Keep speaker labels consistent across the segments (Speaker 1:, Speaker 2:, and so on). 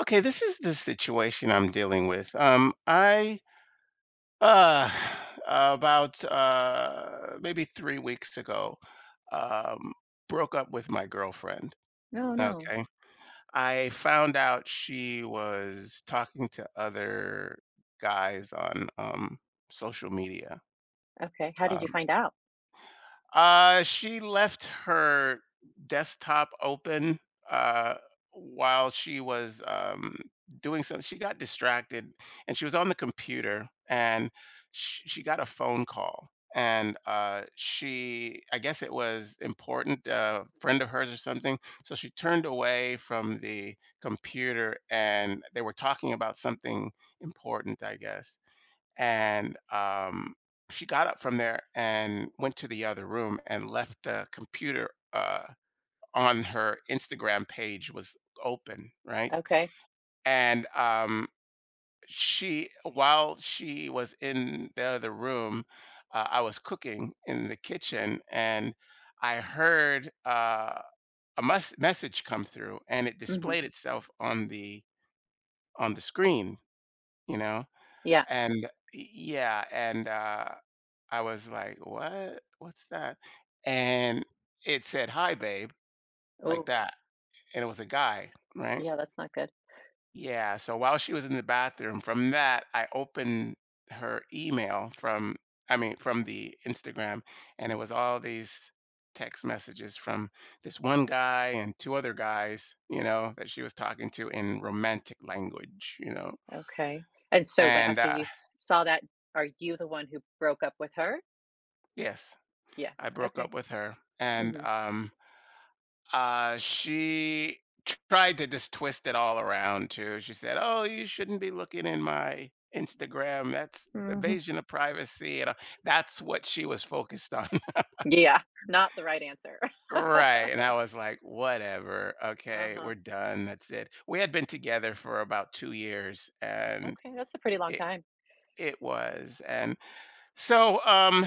Speaker 1: Okay, this is the situation I'm dealing with. I uh, about maybe 3 weeks ago, um, broke up with my girlfriend.
Speaker 2: No, no.
Speaker 1: Okay, I found out she was talking to other guys on social media.
Speaker 2: Okay. How did you
Speaker 1: Um,
Speaker 2: find out?
Speaker 1: She left her desktop open uh, while she was doing something. She got distracted and she was on the computer and she got a phone call. And she, I guess it was important, a friend of hers or something. So she turned away from the computer and they were talking about something important, I guess, and she got up from there and went to the other room and left the computer on her Instagram page was open, right?
Speaker 2: Okay.
Speaker 1: And she, while she was in the other room, I was cooking in the kitchen, and I heard a message come through, and it
Speaker 2: Mhm.
Speaker 1: displayed itself on the screen, you know,
Speaker 2: Yeah.
Speaker 1: and yeah, and I was like, "What? What's that?" And it said, "Hi, babe," like
Speaker 2: Oh,
Speaker 1: that, and it was a guy, right?
Speaker 2: yeah, that's not good.
Speaker 1: Yeah. So while she was in the bathroom, from that, I opened her email from, I mean, from the Instagram, and it was all these text messages from this one guy and two other guys, you know, that she was talking to in romantic language, you know.
Speaker 2: Okay. And so when
Speaker 1: And
Speaker 2: after you s saw that, are you the one who broke up with her?
Speaker 1: Yes, I
Speaker 2: Yes.
Speaker 1: broke
Speaker 2: Okay.
Speaker 1: up with her, and
Speaker 2: Mhm.
Speaker 1: she tried to just twist it all around too. She said, "Oh, you shouldn't be looking in my Instagram. That's
Speaker 2: Mhm.
Speaker 1: invasion of privacy." And that's what she was focused on.
Speaker 2: Yeah. Not the right answer.
Speaker 1: Right. And I was like, whatever. Okay,
Speaker 2: Uh-huh.
Speaker 1: we're done. That's it. We had been together for about 2 years and
Speaker 2: Okay, that's a pretty long
Speaker 1: it
Speaker 2: time.
Speaker 1: it was. And so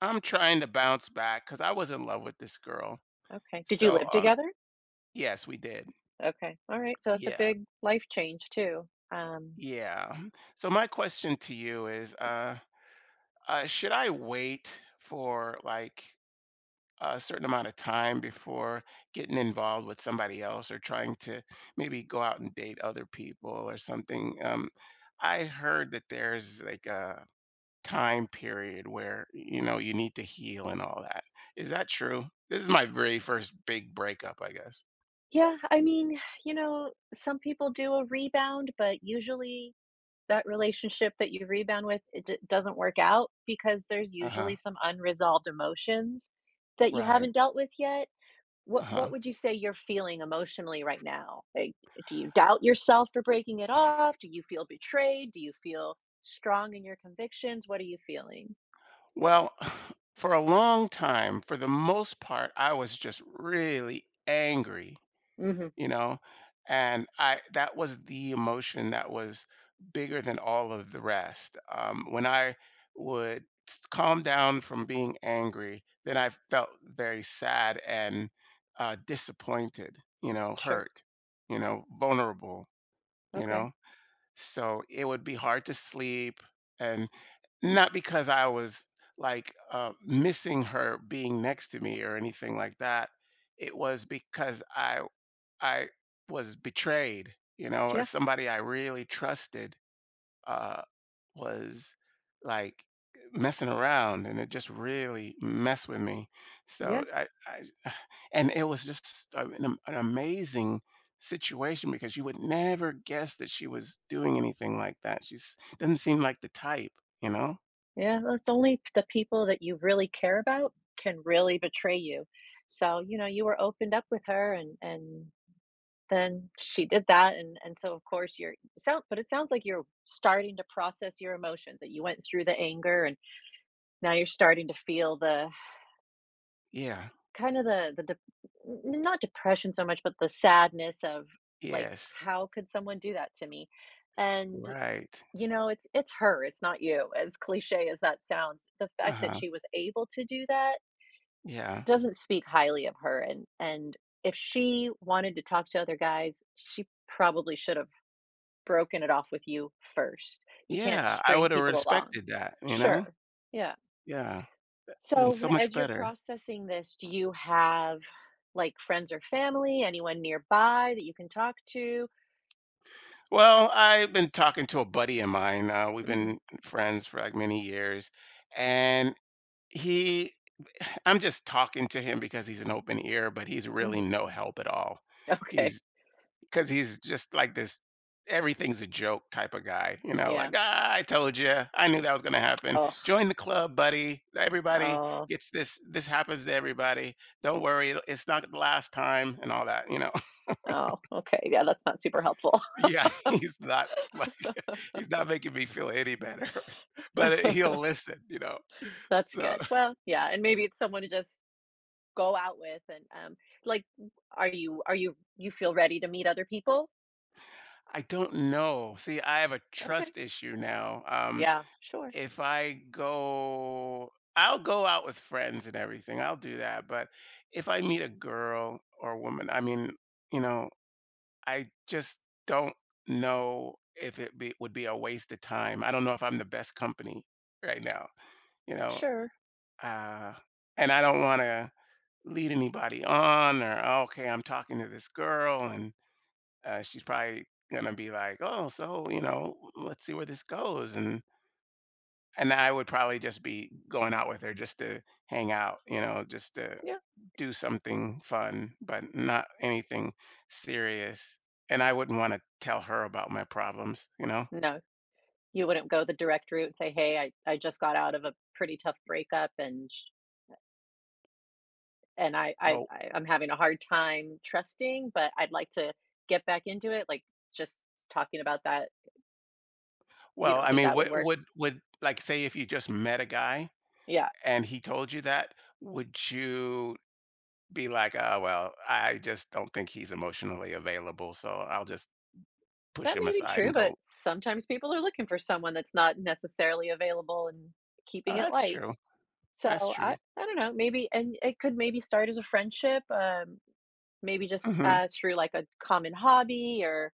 Speaker 1: I'm trying to bounce back because I was in love with this girl.
Speaker 2: Okay. Did you
Speaker 1: So
Speaker 2: live
Speaker 1: um
Speaker 2: together?
Speaker 1: yes, we did.
Speaker 2: Okay. All right. So that's a
Speaker 1: Yeah.
Speaker 2: big life change too.
Speaker 1: Yeah. So my question to you is, should I wait for like a certain amount of time before getting involved with somebody else or trying to maybe go out and date other people or something? I heard that there's like a time period where, you know, you need to heal and all that. Is that true? This is my very first big breakup, I guess.
Speaker 2: Yeah, I mean, you know, some people do a rebound, but usually that relationship that you rebound with doesn't work out because there's usually
Speaker 1: Uh-huh.
Speaker 2: some unresolved emotions that you
Speaker 1: Right.
Speaker 2: haven't dealt with yet. What
Speaker 1: Uh-huh.
Speaker 2: would you say you're feeling emotionally right now? Like, do you doubt yourself for breaking it off? Do you feel betrayed? Do you feel strong in your convictions? What are you feeling?
Speaker 1: Well, for a long time, for the most part, I was just really angry,
Speaker 2: Mhm.
Speaker 1: you know, and I that was the emotion that was bigger than all of the rest. When I would calm down from being angry, then I felt very sad and disappointed, you know,
Speaker 2: Sure.
Speaker 1: hurt, you know, vulnerable, you
Speaker 2: Okay.
Speaker 1: know. So it would be hard to sleep and not because I was like missing her being next to me or anything like that. It was because I was betrayed, you know,
Speaker 2: yeah
Speaker 1: as somebody I really trusted uh, was like messing around and it just really messed with me. So
Speaker 2: yeah
Speaker 1: I and it was just an amazing situation because you would never guess that she was doing anything like that. She's doesn't seem like the type, you know?
Speaker 2: yeah Well, it's only the people that you really care about can really betray you, so, you know, you were opened up with her, and then she did that, and so, of course, you're sound but it sounds like you're starting to process your emotions, that you went through the anger, and now you're starting to feel the
Speaker 1: Yeah.
Speaker 2: kind of the dep n not depression so much, but the sadness of, like,
Speaker 1: Yes.
Speaker 2: "How could someone do that to me?" And,
Speaker 1: Right.
Speaker 2: you know, it's her, it's not you, as cliche as that sounds. The fact that
Speaker 1: Uh-huh.
Speaker 2: she was able to do that
Speaker 1: Yeah.
Speaker 2: doesn't speak highly of her, and if she wanted to talk to other guys, she probably should've broken it off with you first. You can't
Speaker 1: Yeah. I
Speaker 2: string
Speaker 1: would have
Speaker 2: people along.
Speaker 1: respected that, you know?
Speaker 2: Sure. Yeah.
Speaker 1: Yeah. Been
Speaker 2: So
Speaker 1: so much
Speaker 2: as you're
Speaker 1: better.
Speaker 2: processing this, do you have like friends or family, anyone nearby that you can talk to?
Speaker 1: Well, I've been talking to a buddy of mine. We've been
Speaker 2: Hmm.
Speaker 1: friends for like many years, and he, I'm just talking to him because he's an open ear, but he's really
Speaker 2: Hmm.
Speaker 1: no help at all.
Speaker 2: Okay.
Speaker 1: He's Because he's just like this, everything's a joke type of guy, you know, like,
Speaker 2: Yeah.
Speaker 1: ah, I told you, I knew that was gonna happen.
Speaker 2: Oh,
Speaker 1: Join the club, buddy. Everybody
Speaker 2: oh,
Speaker 1: gets this happens to everybody. Don't worry, it's not the last time, and all that, you know.
Speaker 2: oh, okay. Yeah, that's not super helpful.
Speaker 1: Yeah, he's not. He's not making me feel any better, but he'll listen, you know.
Speaker 2: That's
Speaker 1: So
Speaker 2: good. Well, yeah, and maybe it's someone to just go out with. And Like, are you you feel ready to meet other people?
Speaker 1: I don't know. See, I have a
Speaker 2: Okay.
Speaker 1: trust issue now.
Speaker 2: Yeah, sure.
Speaker 1: If I go, I'll go out with friends and everything. I'll do that. But if I meet a girl or a woman, I mean, you know, I just don't know if it be, would be a waste of time. I don't know if I'm the best company right now, you know.
Speaker 2: Sure.
Speaker 1: Uh, and I don't want to lead anybody on or "Oh, okay, I'm talking to this girl and she's probably gonna be like, oh, so, you know, let's see where this goes, and I would probably just be going out with her just to hang out, you know, just to
Speaker 2: Yeah.
Speaker 1: do something fun but not anything serious, and I wouldn't want to tell her about my problems, you know.
Speaker 2: No, you wouldn't go the direct route and say, "Hey, I just got out of a pretty tough breakup and I I
Speaker 1: well
Speaker 2: I I'm having a hard time trusting, but I'd like to get back into it." Like, just talking about that, you
Speaker 1: well
Speaker 2: don't
Speaker 1: i
Speaker 2: think
Speaker 1: mean
Speaker 2: that would
Speaker 1: what
Speaker 2: work?
Speaker 1: would, like, say if you just met a guy
Speaker 2: Yeah,
Speaker 1: and he told you that, would you be like, "Oh, well, I just don't think he's emotionally available, so I'll just push
Speaker 2: that
Speaker 1: him
Speaker 2: may be
Speaker 1: aside
Speaker 2: true,
Speaker 1: and
Speaker 2: but
Speaker 1: go"?
Speaker 2: sometimes people are looking for someone that's not necessarily available and
Speaker 1: Oh,
Speaker 2: keeping it
Speaker 1: that's
Speaker 2: light.
Speaker 1: true. That's
Speaker 2: So, I
Speaker 1: true.
Speaker 2: I don't know, maybe. And it could maybe start as a friendship, maybe just,
Speaker 1: Mhm.
Speaker 2: through, like, a common hobby or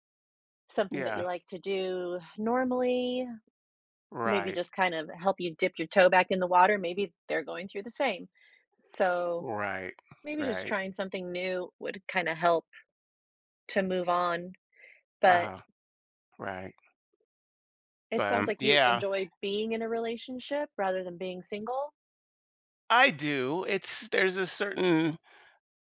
Speaker 2: something that you
Speaker 1: Yeah.
Speaker 2: like to do normally. Maybe
Speaker 1: Right.
Speaker 2: just kind of help you dip your toe back in the water. Maybe they're going through the same. So,
Speaker 1: Right.
Speaker 2: maybe just
Speaker 1: Right.
Speaker 2: trying something new would kind of help to move on, but
Speaker 1: Uh-huh. Right.
Speaker 2: it
Speaker 1: But,
Speaker 2: sounds like you
Speaker 1: yeah,
Speaker 2: enjoy being in a relationship rather than being single?
Speaker 1: I do. It's There's a certain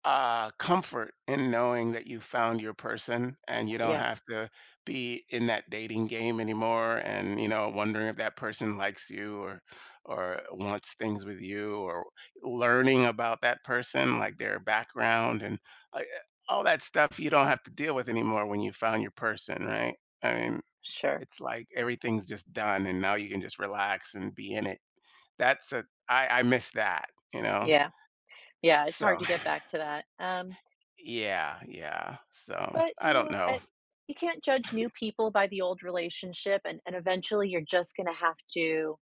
Speaker 1: comfort in knowing that you found your person and you don't
Speaker 2: Yeah,
Speaker 1: have to be in that dating game anymore, and, you know, wondering if that person likes you or wants things with you, or learning about that person, like their background, and uh, eh, all that stuff you don't have to deal with anymore when you found your person, right? I mean,
Speaker 2: sure.
Speaker 1: it's like everything's just done and now you can just relax and be in it. That's a i i miss that, you know.
Speaker 2: Yeah. Yeah, it's hard
Speaker 1: So
Speaker 2: to get back to that.
Speaker 1: yeah, yeah, so,
Speaker 2: But,
Speaker 1: I
Speaker 2: you
Speaker 1: don't
Speaker 2: know,
Speaker 1: know.
Speaker 2: I, you can't judge new people by the old relationship, and eventually you're just gonna have to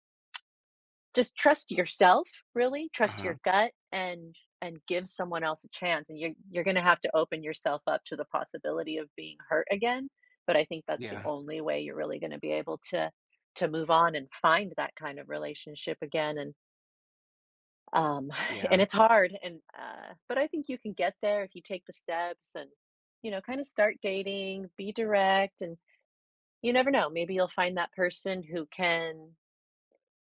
Speaker 2: just trust yourself, really trust
Speaker 1: Uh-huh.
Speaker 2: your gut, and give someone else a chance, and you're going to have to open yourself up to the possibility of being hurt again, but I think that's the
Speaker 1: Yeah,
Speaker 2: only way you're really going to be able to move on and find that kind of relationship again. And um and
Speaker 1: yeah,
Speaker 2: it's hard, and but I think you can get there if you take the steps and, you know, kind of start dating, be direct, and you never know, maybe you'll find that person who can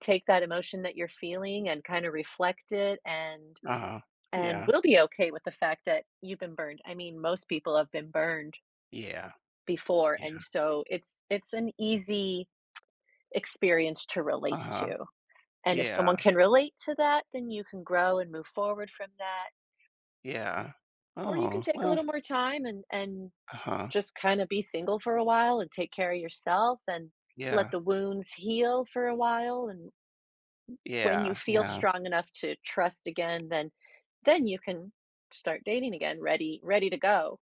Speaker 2: take that emotion that you're feeling and kind of reflect it, and
Speaker 1: uh-huh.
Speaker 2: and
Speaker 1: Yeah,
Speaker 2: we'll be okay with the fact that you've been burned. I mean, most people have been burned
Speaker 1: yeah,
Speaker 2: before,
Speaker 1: yeah,
Speaker 2: and so it's an easy experience to relate
Speaker 1: uh-huh.
Speaker 2: to. And if someone
Speaker 1: Yeah,
Speaker 2: can relate to that, then you can grow and move forward from that.
Speaker 1: yeah.
Speaker 2: Or you can
Speaker 1: Oh,
Speaker 2: take a
Speaker 1: well,
Speaker 2: little more time and
Speaker 1: uh-huh.
Speaker 2: just kind of be single for a while and take care of yourself and let
Speaker 1: Yeah,
Speaker 2: the wounds heal for a while, and when you
Speaker 1: yeah,
Speaker 2: feel
Speaker 1: yeah.
Speaker 2: strong enough to trust again, then you can start dating again, ready to go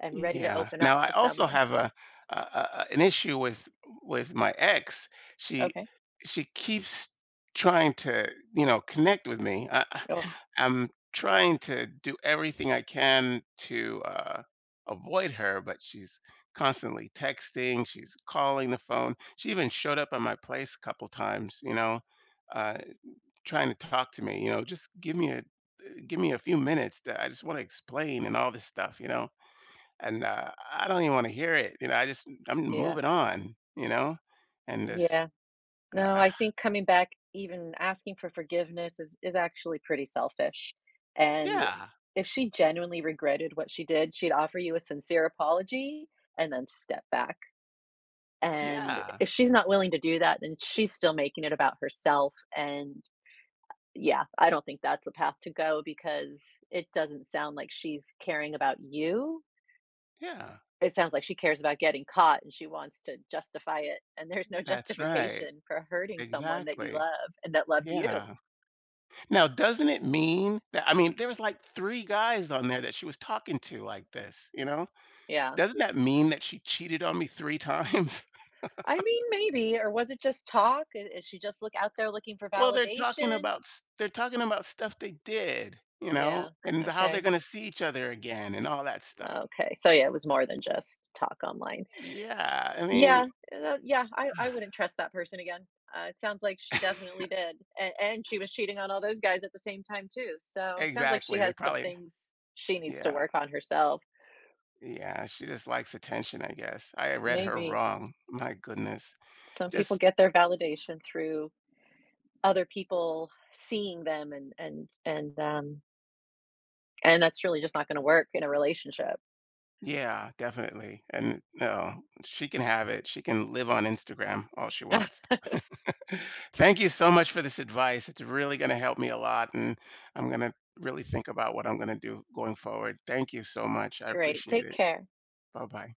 Speaker 2: and ready to
Speaker 1: Yeah.
Speaker 2: open
Speaker 1: Now
Speaker 2: up
Speaker 1: I
Speaker 2: to
Speaker 1: also
Speaker 2: someone.
Speaker 1: have an issue with my ex. She
Speaker 2: Okay.
Speaker 1: she keeps trying to, you know, connect with me. I,
Speaker 2: Oh,
Speaker 1: I'm trying to do everything I can to avoid her, but she's constantly texting. She's calling the phone. She even showed up at my place a couple times. You know, uh, trying to talk to me. You know, just give me a few minutes. To, I just want to explain and all this stuff. You know, and, I don't even wanna hear it, you know, I just, "Mm, I'm
Speaker 2: yeah.
Speaker 1: moving on, you know?" And this
Speaker 2: Yeah.
Speaker 1: uh,
Speaker 2: No,
Speaker 1: uh
Speaker 2: I think coming back, even asking for forgiveness, is actually pretty selfish. And
Speaker 1: yeah,
Speaker 2: if she genuinely regretted what she did, she'd offer you a sincere apology and then step back. And
Speaker 1: yeah,
Speaker 2: if she's not willing to do that, then she's still making it about herself. And Yeah, I don't think that's the path to go because it doesn't sound like she's caring about you.
Speaker 1: yeah.
Speaker 2: It sounds like she cares about getting caught and she wants to justify it. And there's no
Speaker 1: That's right.
Speaker 2: justification for hurting someone that you
Speaker 1: Exactly.
Speaker 2: love and that loved you.
Speaker 1: Yeah. Now doesn't it mean that, I mean, there was, like, 3 guys on there that she was talking to like this, you know?
Speaker 2: Yeah.
Speaker 1: Doesn't that mean that she cheated on me 3 times?
Speaker 2: I mean, maybe. Or was it just talk? Is she just look out there looking for
Speaker 1: Well, they're talking
Speaker 2: validation?
Speaker 1: about s they're talking about stuff they did, you know,
Speaker 2: Yeah.
Speaker 1: and how they're
Speaker 2: Okay.
Speaker 1: gonna see each other again and all that stuff.
Speaker 2: Okay. So yeah, it was more than just talk online.
Speaker 1: Yeah, I mean
Speaker 2: Yeah, yeah, I wouldn't trust that person again. It sounds like she definitely did, and she was cheating on all those guys at the same time too. So sounds like she
Speaker 1: exactly, they
Speaker 2: has some
Speaker 1: probably,
Speaker 2: things she needs to
Speaker 1: yeah,
Speaker 2: work on herself.
Speaker 1: yeah, she just likes attention, I guess. I read her
Speaker 2: Maybe
Speaker 1: wrong, my goodness.
Speaker 2: some people
Speaker 1: Just
Speaker 2: get their validation through other people seeing them, and and that's really just not going to work in a relationship.
Speaker 1: yeah, definitely, and no, she can have it, she can live on Instagram all she wants. Thank you so much for this advice, it's really gonna help me a lot, and I'm gonna really think about what I'm gonna do going forward. Thank you so much, I
Speaker 2: Great,
Speaker 1: appreciate
Speaker 2: take
Speaker 1: it.
Speaker 2: care.
Speaker 1: Bye-bye.